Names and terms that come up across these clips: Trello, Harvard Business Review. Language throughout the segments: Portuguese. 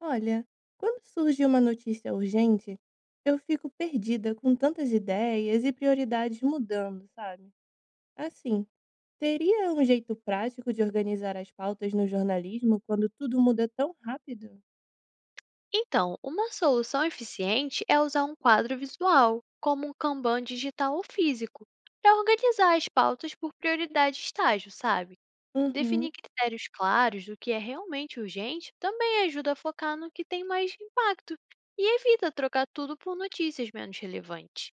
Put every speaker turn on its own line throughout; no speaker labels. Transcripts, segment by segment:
Olha, quando surge uma notícia urgente, eu fico perdida com tantas ideias e prioridades mudando, sabe? Assim, teria um jeito prático de organizar as pautas no jornalismo quando tudo muda tão rápido?
Então, uma solução eficiente é usar um quadro visual, como um Kanban digital ou físico, para organizar as pautas por prioridade e estágio, sabe?
Uhum.
Definir critérios claros do que é realmente urgente também ajuda a focar no que tem mais impacto e evita trocar tudo por notícias menos relevantes.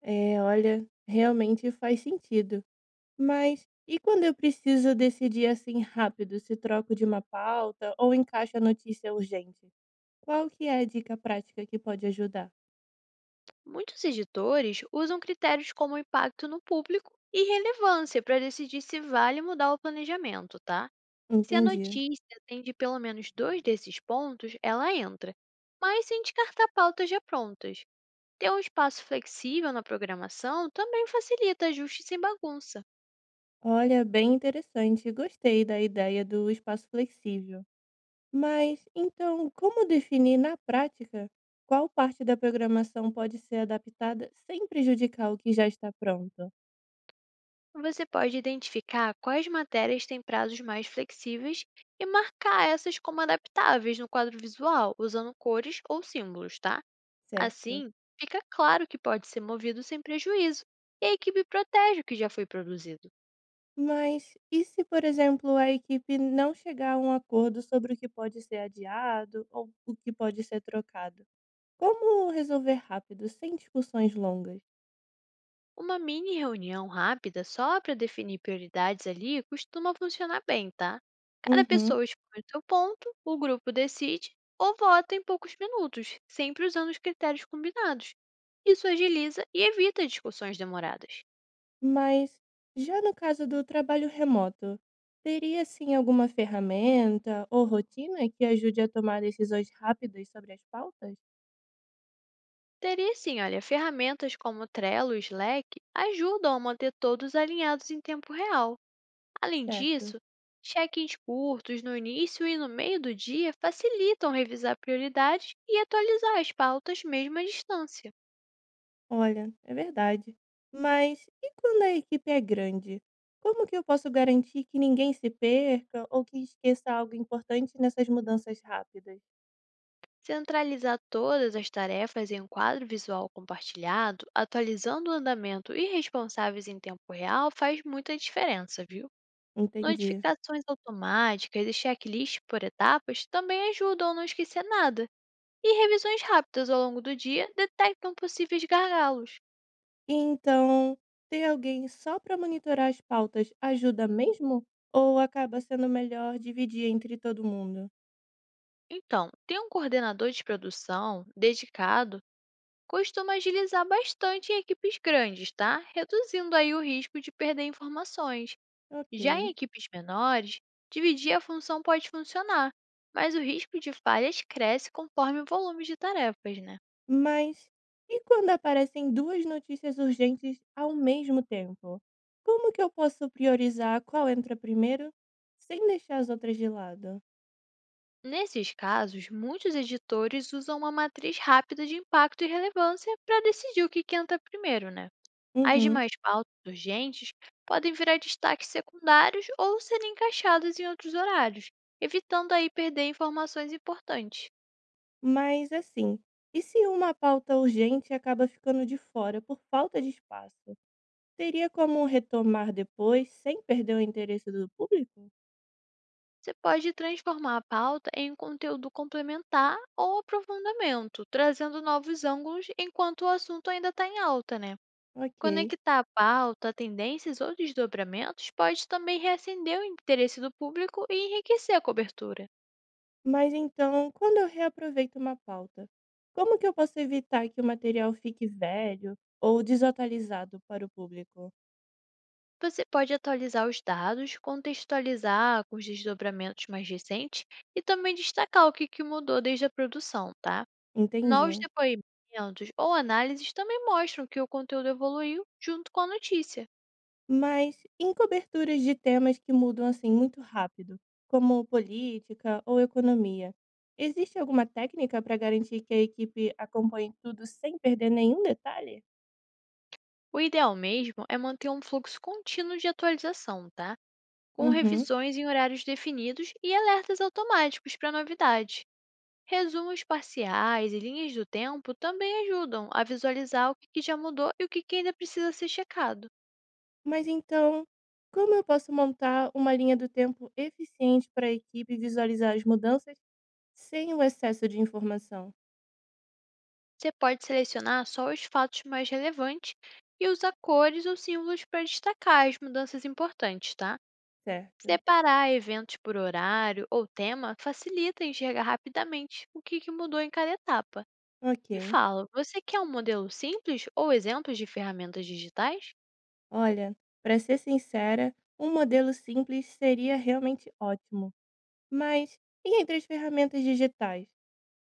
É, olha, realmente faz sentido. Mas e quando eu preciso decidir assim rápido se troco de uma pauta ou encaixo a notícia urgente? Qual que é a dica prática que pode ajudar?
Muitos editores usam critérios como impacto no público e relevância para decidir se vale mudar o planejamento, tá? Se a
Entendi.
notícia atende pelo menos dois desses pontos, ela entra, mas sem descartar pautas já prontas. Ter um espaço flexível na programação também facilita ajustes sem bagunça.
Olha, bem interessante. Gostei da ideia do espaço flexível. Mas então, como definir na prática qual parte da programação pode ser adaptada sem prejudicar o que já está pronto,
Você pode identificar quais matérias têm prazos mais flexíveis e marcar essas como adaptáveis no quadro visual, usando cores ou símbolos, tá?
certo?
Assim, fica claro que pode ser movido sem prejuízo e a equipe protege o que já foi produzido.
Mas e se, por exemplo, a equipe não chegar a um acordo sobre o que pode ser adiado ou o que pode ser trocado? Como resolver rápido, sem discussões longas?
Uma mini reunião rápida só para definir prioridades ali costuma funcionar bem, tá? Cada
Uhum.
pessoa expõe o seu ponto, o grupo decide ou vota em poucos minutos, sempre usando os critérios combinados. Isso agiliza e evita discussões demoradas.
Mas, já no caso do trabalho remoto, teria sim alguma ferramenta ou rotina que ajude a tomar decisões rápidas sobre as pautas?
Teria sim, olha, ferramentas como Trello e Slack ajudam a manter todos alinhados em tempo real. Além
Certo.
disso, check-ins curtos no início e no meio do dia facilitam revisar prioridades e atualizar as pautas mesmo à distância.
Olha, é verdade. Mas e quando a equipe é grande? Como que eu posso garantir que ninguém se perca ou que esqueça algo importante nessas mudanças rápidas?
Centralizar todas as tarefas em um quadro visual compartilhado, atualizando o andamento e responsáveis em tempo real faz muita diferença, viu?
Entendi.
Notificações automáticas e checklists por etapas também ajudam a não esquecer nada, e revisões rápidas ao longo do dia detectam possíveis gargalos.
Então, ter alguém só para monitorar as pautas ajuda mesmo? Ou acaba sendo melhor dividir entre todo mundo?
Então, ter um coordenador de produção dedicado costuma agilizar bastante em equipes grandes, tá? Reduzindo aí o risco de perder informações. Já em
Ok.
equipes menores, dividir a função pode funcionar, mas o risco de falhas cresce conforme o volume de tarefas, né?
Mas e quando aparecem duas notícias urgentes ao mesmo tempo? Como que eu posso priorizar qual entra primeiro sem deixar as outras de lado?
Nesses casos, muitos editores usam uma matriz rápida de impacto e relevância para decidir o que que entra primeiro, né? As
Uhum.
demais pautas urgentes podem virar destaques secundários ou serem encaixadas em outros horários, evitando aí perder informações importantes.
Mas assim, e se uma pauta urgente acaba ficando de fora por falta de espaço? Teria como retomar depois sem perder o interesse do público?
Você pode transformar a pauta em conteúdo complementar ou aprofundamento, trazendo novos ângulos enquanto o assunto ainda está em alta, né?
Ok.
Conectar a pauta, tendências ou desdobramentos pode também reacender o interesse do público e enriquecer a cobertura.
Mas então, quando eu reaproveito uma pauta, como que eu posso evitar que o material fique velho ou desatualizado para o público?
Você pode atualizar os dados, contextualizar com os desdobramentos mais recentes e também destacar o que que mudou desde a produção, tá?
Entendi.
Novos depoimentos ou análises também mostram que o conteúdo evoluiu junto com a notícia.
Mas em coberturas de temas que mudam assim muito rápido, como política ou economia, existe alguma técnica para garantir que a equipe acompanhe tudo sem perder nenhum detalhe?
O ideal mesmo é manter um fluxo contínuo de atualização, tá? Com
Uhum.
revisões em horários definidos e alertas automáticos para novidades. Resumos parciais e linhas do tempo também ajudam a visualizar o que que já mudou e o que que ainda precisa ser checado.
Mas então, como eu posso montar uma linha do tempo eficiente para a equipe visualizar as mudanças sem o excesso de informação,
Você pode selecionar só os fatos mais relevantes e usar cores ou símbolos para destacar as mudanças importantes, tá?
certo.
Separar eventos por horário ou tema facilita enxergar rapidamente o que que mudou em cada etapa. Me
Ok.
fala, você quer um modelo simples ou exemplos de ferramentas digitais?
Olha, para ser sincera, um modelo simples seria realmente ótimo. Mas e entre as ferramentas digitais?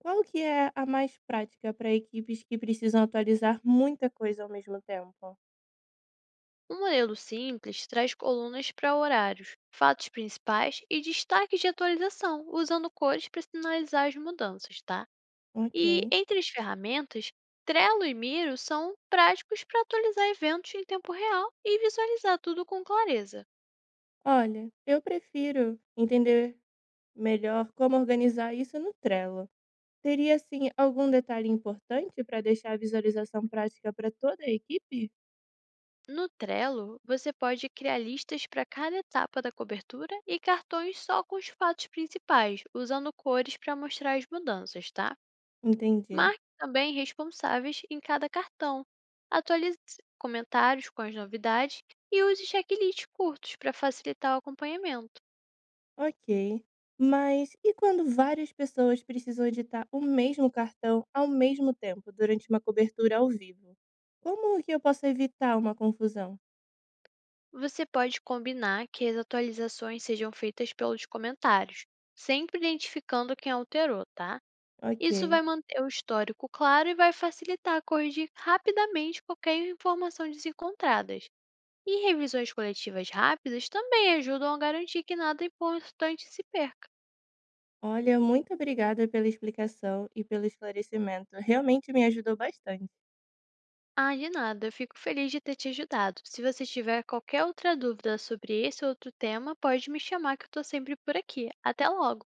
Qual que é a mais prática para equipes que precisam atualizar muita coisa ao mesmo tempo?
Um modelo simples traz colunas para horários, fatos principais e destaques de atualização, usando cores para sinalizar as mudanças, tá? E
Ok.
entre as ferramentas, Trello e Miro são práticos para atualizar eventos em tempo real e visualizar tudo com clareza.
Olha, eu prefiro entender melhor como organizar isso no Trello. Teria, assim, algum detalhe importante para deixar a visualização prática para toda a equipe?
No Trello, você pode criar listas para cada etapa da cobertura e cartões só com os fatos principais, usando cores para mostrar as mudanças, tá?
Entendi.
Marque também responsáveis em cada cartão. Atualize comentários com as novidades e use checklists curtos para facilitar o acompanhamento.
Ok. Mas e quando várias pessoas precisam editar o mesmo cartão ao mesmo tempo durante uma cobertura ao vivo? Como que eu posso evitar uma confusão?
Você pode combinar que as atualizações sejam feitas pelos comentários, sempre identificando quem alterou, tá? Isso
Ok.
vai manter o histórico claro e vai facilitar corrigir rapidamente qualquer informação desencontradas. E revisões coletivas rápidas também ajudam a garantir que nada importante se perca.
Olha, muito obrigada pela explicação e pelo esclarecimento. Realmente me ajudou bastante.
Ah, de nada, eu fico feliz de ter te ajudado. Se você tiver qualquer outra dúvida sobre esse ou outro tema, pode me chamar que eu estou sempre por aqui. Até logo!